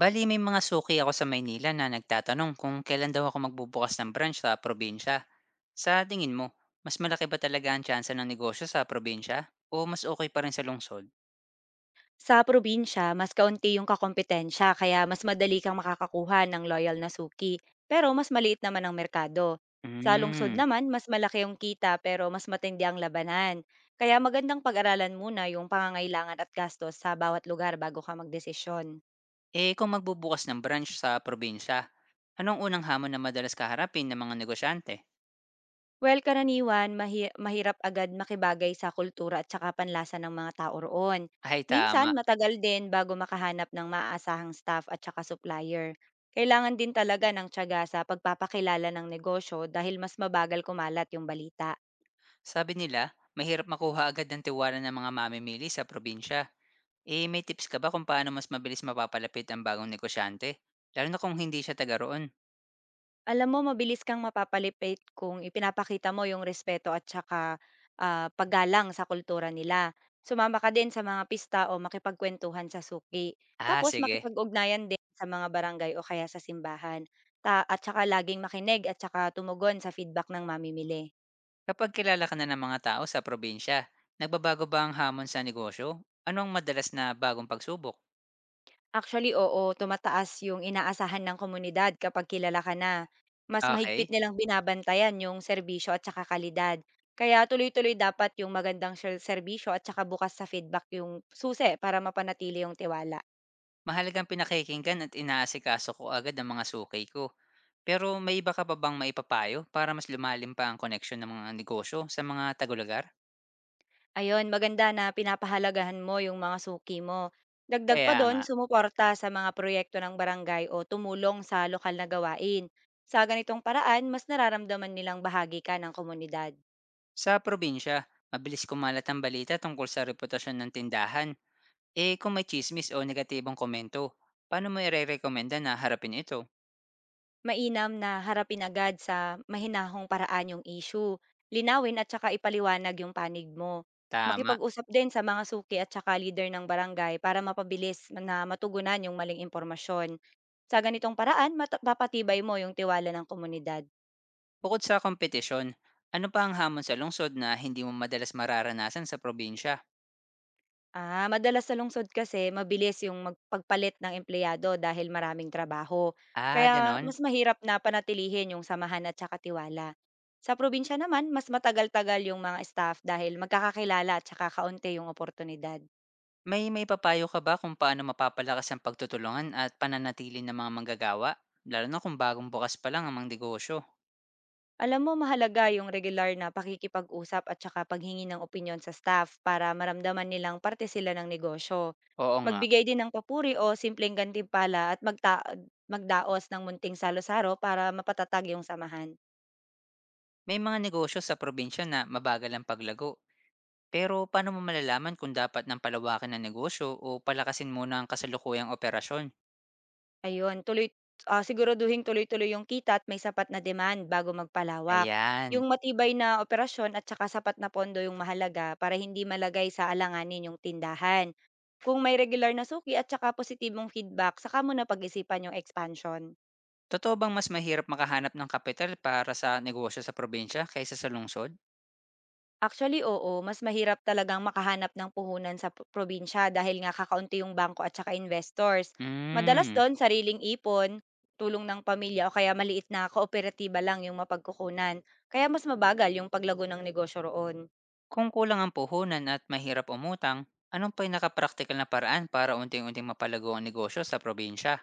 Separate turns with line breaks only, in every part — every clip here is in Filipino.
Bali may mga suki ako sa Maynila na nagtatanong kung kailan daw ako magbubukas ng branch sa probinsya. Sa tingin mo, mas malaki ba talaga ang tsansa ng negosyo sa probinsya o mas okay pa rin sa lungsod?
Sa probinsya, mas kaunti yung kakompetensya kaya mas madali kang makakakuha ng loyal na suki, pero mas maliit naman ang merkado. Sa lungsod
Hmm.
naman, mas malaki yung kita pero mas matindi ang labanan. Kaya magandang pag-aralan muna yung pangangailangan at gastos sa bawat lugar bago ka magdesisyon.
Eh kung magbubukas ng branch sa probinsya, anong unang hamon na madalas kaharapin ng mga negosyante?
Well, karaniwan mahirap agad makibagay sa kultura at saka panlasa ng mga tao roon.
Ay,
Minsan,
tama,
matagal din bago makahanap ng maaasahang staff at saka supplier. Kailangan din talaga ng tiyaga sa pagpapakilala ng negosyo dahil mas mabagal kumalat yung balita.
sabi nila, mahirap makuha agad ng tiwala ng mga mamimili sa probinsya. Eh may tips ka ba kung paano mas mabilis mapapalapit ang bagong negosyante? Lalo na kung hindi siya taga roon.
Alam mo, mabilis kang mapapalipit kung ipinapakita mo yung respeto at saka, paggalang sa kultura nila. Sumama ka din sa mga pista o makipagkuwentuhan sa suki.
Ah,
Tapos
sige.
makipag-ugnayan din sa mga barangay o kaya sa simbahan. At saka laging makinig at saka tumugon sa feedback ng mamimili.
Kapag kilala ka na ng mga tao sa probinsya, nagbabago ba ang hamon sa negosyo? Ano ang madalas na bagong pagsubok?
Actually, oo, tumataas yung inaasahan ng komunidad kapag kilala ka na. Mas mahigpit
Okay,
nilang binabantayan yung serbisyo at saka kalidad. Kaya tuloy-tuloy dapat yung magandang serbisyo at saka bukas sa feedback yung susi para mapanatili yung tiwala.
mahalagang pinakikinggan at inaasikaso ko agad ang mga sukay ko. Pero may iba ka pa bang maipapayo para mas lumalim pa ang koneksyon ng mga negosyo sa mga tagalugar?
Ayun, maganda na pinapahalagahan mo yung mga suki mo. Dagdag pa
Kaya
doon,
nga,
sumuporta sa mga proyekto ng barangay o tumulong sa lokal na gawain. Sa ganitong paraan, mas nararamdaman nilang bahagi ka ng komunidad.
sa probinsya, mabilis kumalat ang balita tungkol sa reputasyon ng tindahan. Eh kung may chismis o negatibong komento, paano mo ire-recommenda na harapin ito?
Mainam na harapin agad sa mahinahong paraan yung issue. Linawin at saka ipaliwanag yung panig mo.
Tama.
Makipag-usap din sa mga suki at saka leader ng barangay para mapabilis na matugunan yung maling impormasyon. Sa ganitong paraan, mapapatibay mo yung tiwala ng komunidad.
Bukod sa kompetisyon, ano pa ang hamon sa lungsod na hindi mo madalas mararanasan sa probinsya?
Ah, madalas sa lungsod kasi mabilis yung mag ng empleyado dahil maraming trabaho.
Ah,
Kaya
ganon.
mas mahirap na panatilihin yung samahan at saka tiwala. Sa probinsya naman, mas matagal-tagal yung mga staff dahil magkakakilala at saka kaunti yung oportunidad.
May papayo ka ba kung paano mapapalakas ang pagtutulungan at pananatili ng mga manggagawa? Lalo na kung bagong bukas pa lang ang mga negosyo.
Alam mo, mahalaga yung regular na pakikipag-usap at saka paghingi ng opinyon sa staff para maramdaman nilang parte sila ng negosyo.
Oo nga,
Magbigay din ng papuri o simpleng gantimpala at magdaos ng munting salo-saro para mapatatag yung samahan.
may mga negosyo sa probinsya na mabagal ang paglago. Pero paano mo malalaman kung dapat nang palawakin ang negosyo o palakasin muna ang kasalukuyang operasyon?
Ayun, siguraduhin tuloy-tuloy yung kita at may sapat na demand bago magpalawak.
Ayan.
Yung matibay na operasyon at saka sapat na pondo yung mahalaga para hindi malagay sa alanganin yung tindahan. Kung may regular na suki at saka positibong feedback, saka mo na pag-isipan yung expansion.
Totoo bang mas mahirap makahanap ng kapital para sa negosyo sa probinsya kaysa sa lungsod?
Actually, oo. Mas mahirap talagang makahanap ng puhunan sa probinsya dahil nga kakaunti yung bangko at saka investors. Madalas
Hmm.
doon, sariling ipon, tulong ng pamilya o kaya maliit na kooperatiba lang yung mapagkukunan. Kaya mas mabagal yung paglago ng negosyo roon.
Kung kulang ang puhunan at mahirap umutang, anong pinakapraktikal na paraan para unti-unting mapalago ang negosyo sa probinsya?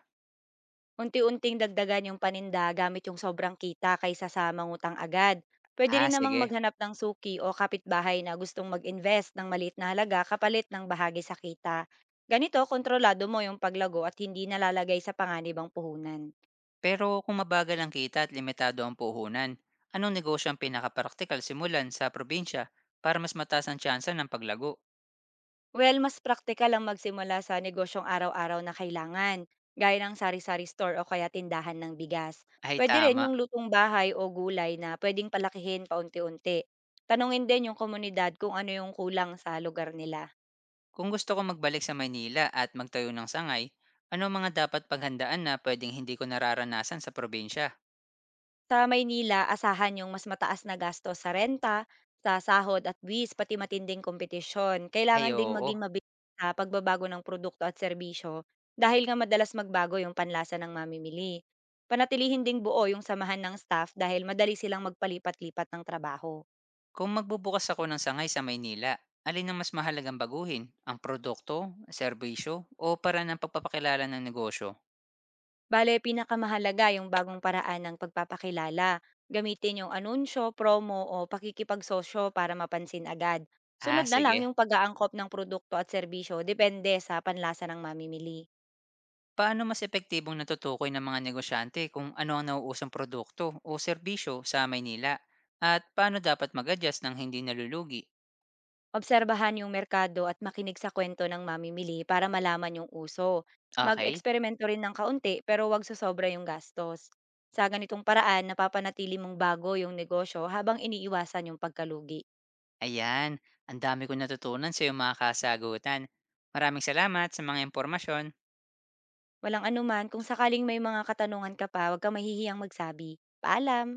Unti-unting dagdagan yung paninda gamit yung sobrang kita kaysa sa mangutang agad. Pwede
Ah,
rin namang
sige.
maghanap ng suki o kapitbahay na gustong mag-invest ng maliit na halaga kapalit ng bahagi sa kita. Ganito, kontrolado mo yung paglago at hindi nalalagay sa panganibang puhunan.
Pero kung mabagal ang kita at limitado ang puhunan, anong negosyo ang pinakapraktikal simulan sa probinsya para mas mataas ang tsansa ng paglago?
Well, mas praktikal ang magsimula sa negosyong araw-araw na kailangan, gaya ng sari-sari store o kaya tindahan ng bigas.
Ay,
Pwede rin
tama.
yung lutong bahay o gulay na pwedeng palakihin paunti-unti. Tanungin din yung komunidad kung ano yung kulang sa lugar nila.
Kung gusto ko magbalik sa Maynila at magtayo ng sangay, ano ang mga dapat paghandaan na pwedeng hindi ko nararanasan sa probinsya?
Sa Maynila, asahan yung mas mataas na gasto sa renta, sa sahod at buwis, pati matinding kompetisyon.
Ay,
Kailangan ding
oo.
maging mabilis sa pagbabago ng produkto at serbisyo dahil nga madalas magbago yung panlasa ng mamimili. Panatilihin ding buo yung samahan ng staff dahil madali silang magpalipat-lipat ng trabaho.
Kung magbubukas ako ng sangay sa Maynila, alin ang mas mahalagang baguhin? Ang produkto, serbisyo, o para ng pagpapakilala ng negosyo?
Bale, pinakamahalaga yung bagong paraan ng pagpapakilala. Gamitin yung anunsyo, promo o pakikipagsosyo para mapansin agad.
Ah,
Sunod na lang
sige.
yung pag-aangkop ng produkto at serbisyo depende sa panlasa ng mamimili.
Paano mas epektibong natutukoy ng mga negosyante kung ano ang nauusong produkto o serbisyo sa Maynila? At paano dapat mag-adjust ng hindi nalulugi?
Obserbahan yung merkado at makinig sa kwento ng mamimili para malaman yung uso.
Okay,
Mag-eksperimento rin ng kaunti pero wag sosobra yung gastos. Sa ganitong paraan, napapanatili mong bago yung negosyo habang iniiwasan yung pagkalugi.
ayan. Ang dami kong natutunan sa iyong mga kasagutan. Maraming salamat sa mga impormasyon.
Walang anuman, kung sakaling may mga katanungan ka pa, huwag kang mahihiyang magsabi. Paalam!